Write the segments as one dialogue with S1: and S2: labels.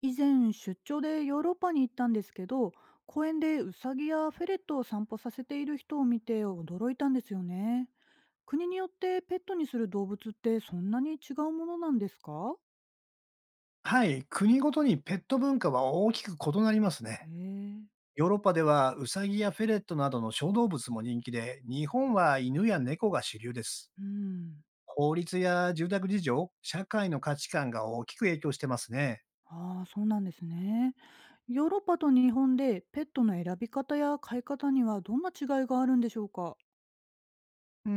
S1: 以前出張でヨーロッパに行ったんですけど、公園でウサギやフェレットを散歩させている人を見て驚いたんですよね。国によってペットにする動物ってそんなに違うものなんですか？
S2: はい、国ごとにペット文化は大きく異なります
S1: へ
S2: ね。
S1: え。
S2: ヨーロッパではウサギやフェレットなどの小動物も人気で、日本は犬や猫が主流です。
S1: うん。
S2: 法律や住宅事情、社会の価値観が大きく影響してますね。
S1: ああ、そうなんですね。ヨーロッパと日本でペットの選び方や飼い方にはどんな違いがあるんでしょうか？
S2: うー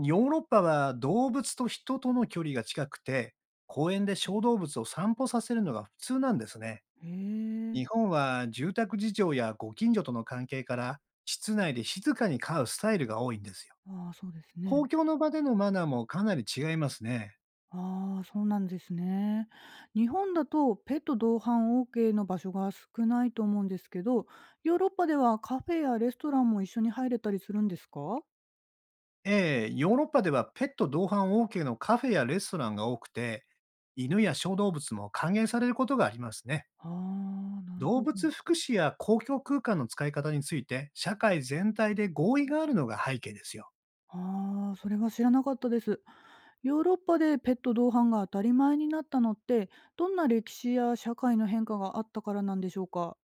S2: ん、ヨーロッパは動物と人との距離が近くて、公園で小動物を散歩させるのが普通なんですね。
S1: へえ。
S2: 日本は住宅事情やご近所との関係から、室内で静かに飼うスタイルが多いんですよ。
S1: ああ、そうです
S2: 公
S1: ね。
S2: 共の場でのマナーもかなり違いますね。
S1: ああ、そうなんですね。日本だとペット同伴 OK の場所が少ないと思うんですけど、ヨーロッパではカフェやレストランも一緒に入れたりするんですか？
S2: ええ、ヨーロッパではペット同伴 OK のカフェやレストランが多くて、犬や小動物も歓迎されることがありますね。
S1: ああ、な
S2: 動
S1: るほ
S2: 物
S1: ど。
S2: 福祉や公共空間の使い方について、社会全体で合意があるのが背景ですよ。
S1: ああ、それは知らなかったです。ヨーロッパでペット同伴が当たり前になったのって、どんな歴史や社会の変化があったからなんでしょうか？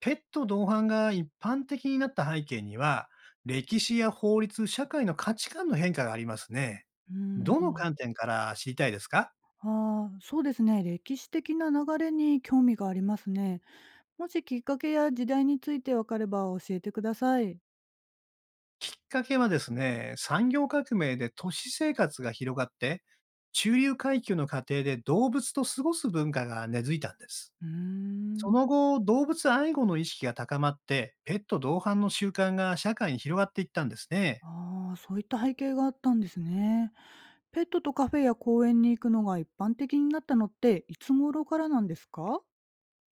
S2: ペット同伴が一般的になった背景には、歴史や法律、社会の価値観の変化がありますね。
S1: う
S2: どの
S1: ん。
S2: 観点から知りたいですか？
S1: ああ、そうですね。歴史的な流れに興味がありますね。もしきっかけや時代についてわかれば教えてください。
S2: きっかけはですね、産業革命で都市生活が広がって、中流階級の家庭で動物と過ごす文化が根付いたんです。
S1: うー
S2: そ
S1: ん。
S2: の後、動物愛護の意識が高まって、ペット同伴の習慣が社会に広がっていったんですね。
S1: ああ、そういった背景があったんですね。ペットとカフェや公園に行くのが一般的になったのっていつ頃からなんですか？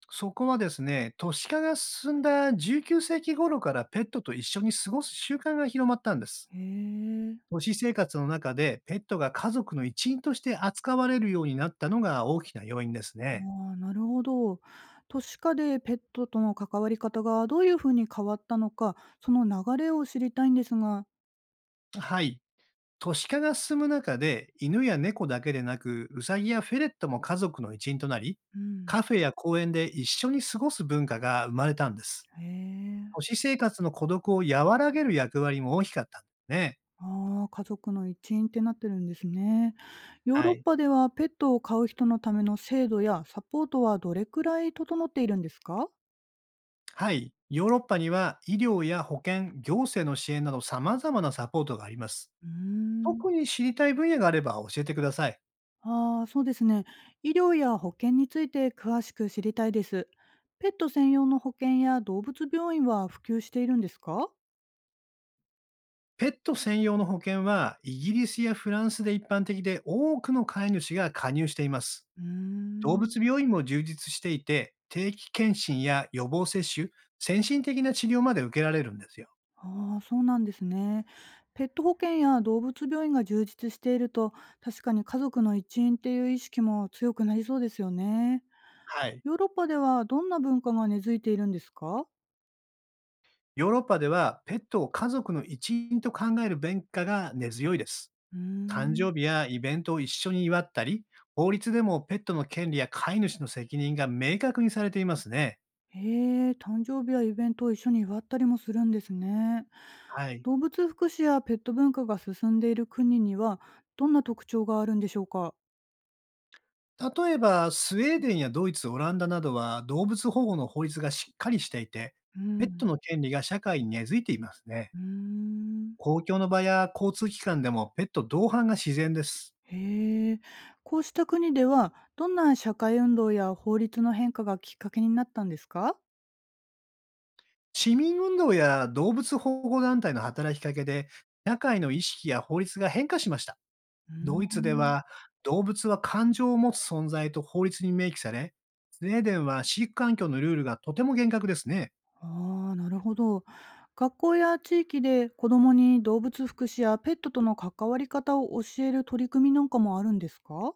S2: そこはですね、都市化が進んだ19世紀頃からペットと一緒に過ごす習慣が広まったんです。
S1: へえ。
S2: 都市生活の中でペットが家族の一員として扱われるようになったのが大きな要因ですね。
S1: ああ、なるほど。都市化でペットとの関わり方がどういうふうに変わったのか、その流れを知りたいんですが。
S2: はい。都市化が進む中で、犬や猫だけでなく、ウサギやフェレットも家族の一員となり、
S1: うん。
S2: カフェや公園で一緒に過ごす文化が生まれたんです。
S1: へえ。
S2: 都市生活の孤独を和らげる役割も大きかったんですね。
S1: ああ、家族の一員ってなってるんですね。ヨー
S2: は
S1: ロッ
S2: い。
S1: パではペットを飼う人のための制度やサポートはどれくらい整っているんですか？
S2: はい。ヨーロッパには医療や保険、行政の支援など様々なサポートがあります。
S1: うーん。
S2: 特に知りたい分野があれば教えてください。
S1: ああ、そうですね。医療や保険について詳しく知りたいです。ペット専用の保険や動物病院は普及しているんですか？
S2: ペット専用の保険はイギリスやフランスで一般的で、多くの飼い主が加入しています。
S1: うー
S2: 動
S1: ん。
S2: 物病院も充実していて、定期検診や予防接種、先進的な治療まで受けられるんですよ。
S1: ああ、そうなんですね。ペット保険や動物病院が充実していると、確かに家族の一員っていう意識も強くなりそうですよね。
S2: はい。
S1: ヨーロッパではどんな文化が根付いているんですか？
S2: ヨーロッパではペットを家族の一員と考える文化が根強いです。
S1: うー
S2: 誕
S1: ん。
S2: 生日やイベントを一緒に祝ったり、法律でもペットの権利や飼い主の責任が明確にされていますね。
S1: へえ、誕生日やイベントを一緒に祝ったりもするんですね。
S2: はい。
S1: 動物福祉やペット文化が進んでいる国にはどんな特徴があるんでしょうか？
S2: 例えば、スウェーデンやドイツ、オランダなどは動物保護の法律がしっかりしていて、
S1: う
S2: ペット
S1: ん。
S2: の権利が社会に根付いていますね。
S1: うーん。
S2: 公共の場や交通機関でもペット同伴が自然です。
S1: へえ。こうした国ではどんな社会運動や法律の変化がきっかけになったんですか？
S2: 市民運動や動物保護団体の働きかけで、社会の意識や法律が変化しました。
S1: うー
S2: ドイツでは、
S1: ん。
S2: 動物は感情を持つ存在と法律に明記され、スウェーデンは飼育環境のルールがとても厳格ですね。
S1: ああ、なるほど。学校や地域で子どもに動物福祉やペットとの関わり方を教える取り組みなんかもあるんですか？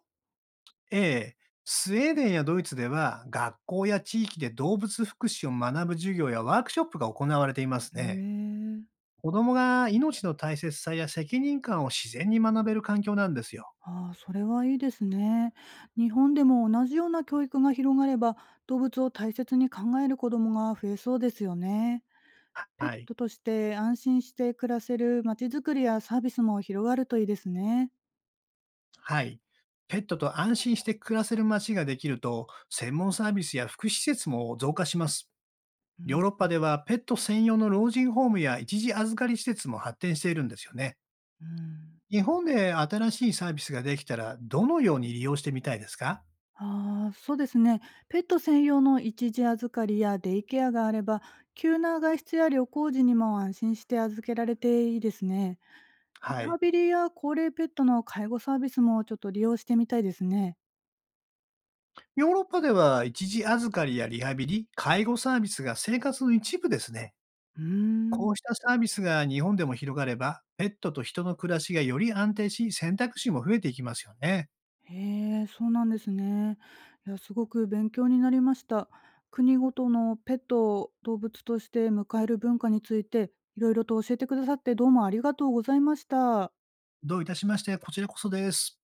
S2: ええ、スウェーデンやドイツでは、学校や地域で動物福祉を学ぶ授業やワークショップが行われています
S1: へ
S2: ね。
S1: え。
S2: 子供が命の大切さや責任感を自然に学べる環境なんですよ。
S1: ああ、それはいいですね。日本でも同じような教育が広がれば、動物を大切に考える子どもが増えそうですよね。ペッ
S2: はい。
S1: トとして安心して暮らせるまちづくりやサービスも広がるといいですね。
S2: はい。ペットと安心して暮らせる街ができると、専門サービスや福祉施設も増加します。
S1: う
S2: ヨー
S1: ん。
S2: ロッパではペット専用の老人ホームや一時預かり施設も発展しているんですよね。
S1: うん。
S2: 日本で新しいサービスができたら、どのように利用してみたいですか？
S1: ああ、そうですね。ペット専用の一時預かりやデイケアがあれば、急な外出や旅行時にも安心して預けられていいですね。リ
S2: は
S1: ハ
S2: い。
S1: ビリや高齢ペットの介護サービスもちょっと利用してみたいですね。
S2: ヨーロッパでは一時預かりやリハビリ、介護サービスが生活の一部ですね。
S1: うー
S2: こ
S1: ん。
S2: うしたサービスが日本でも広がれば、ペットと人の暮らしがより安定し、選択肢も増えていきますよね。
S1: へえ、そうなんですね。いや、すごく勉強になりました。国ごとのペットを動物として迎える文化について、いろいろと教えてくださってどうもありがとうございました。
S2: どういたしまして、こちらこそです。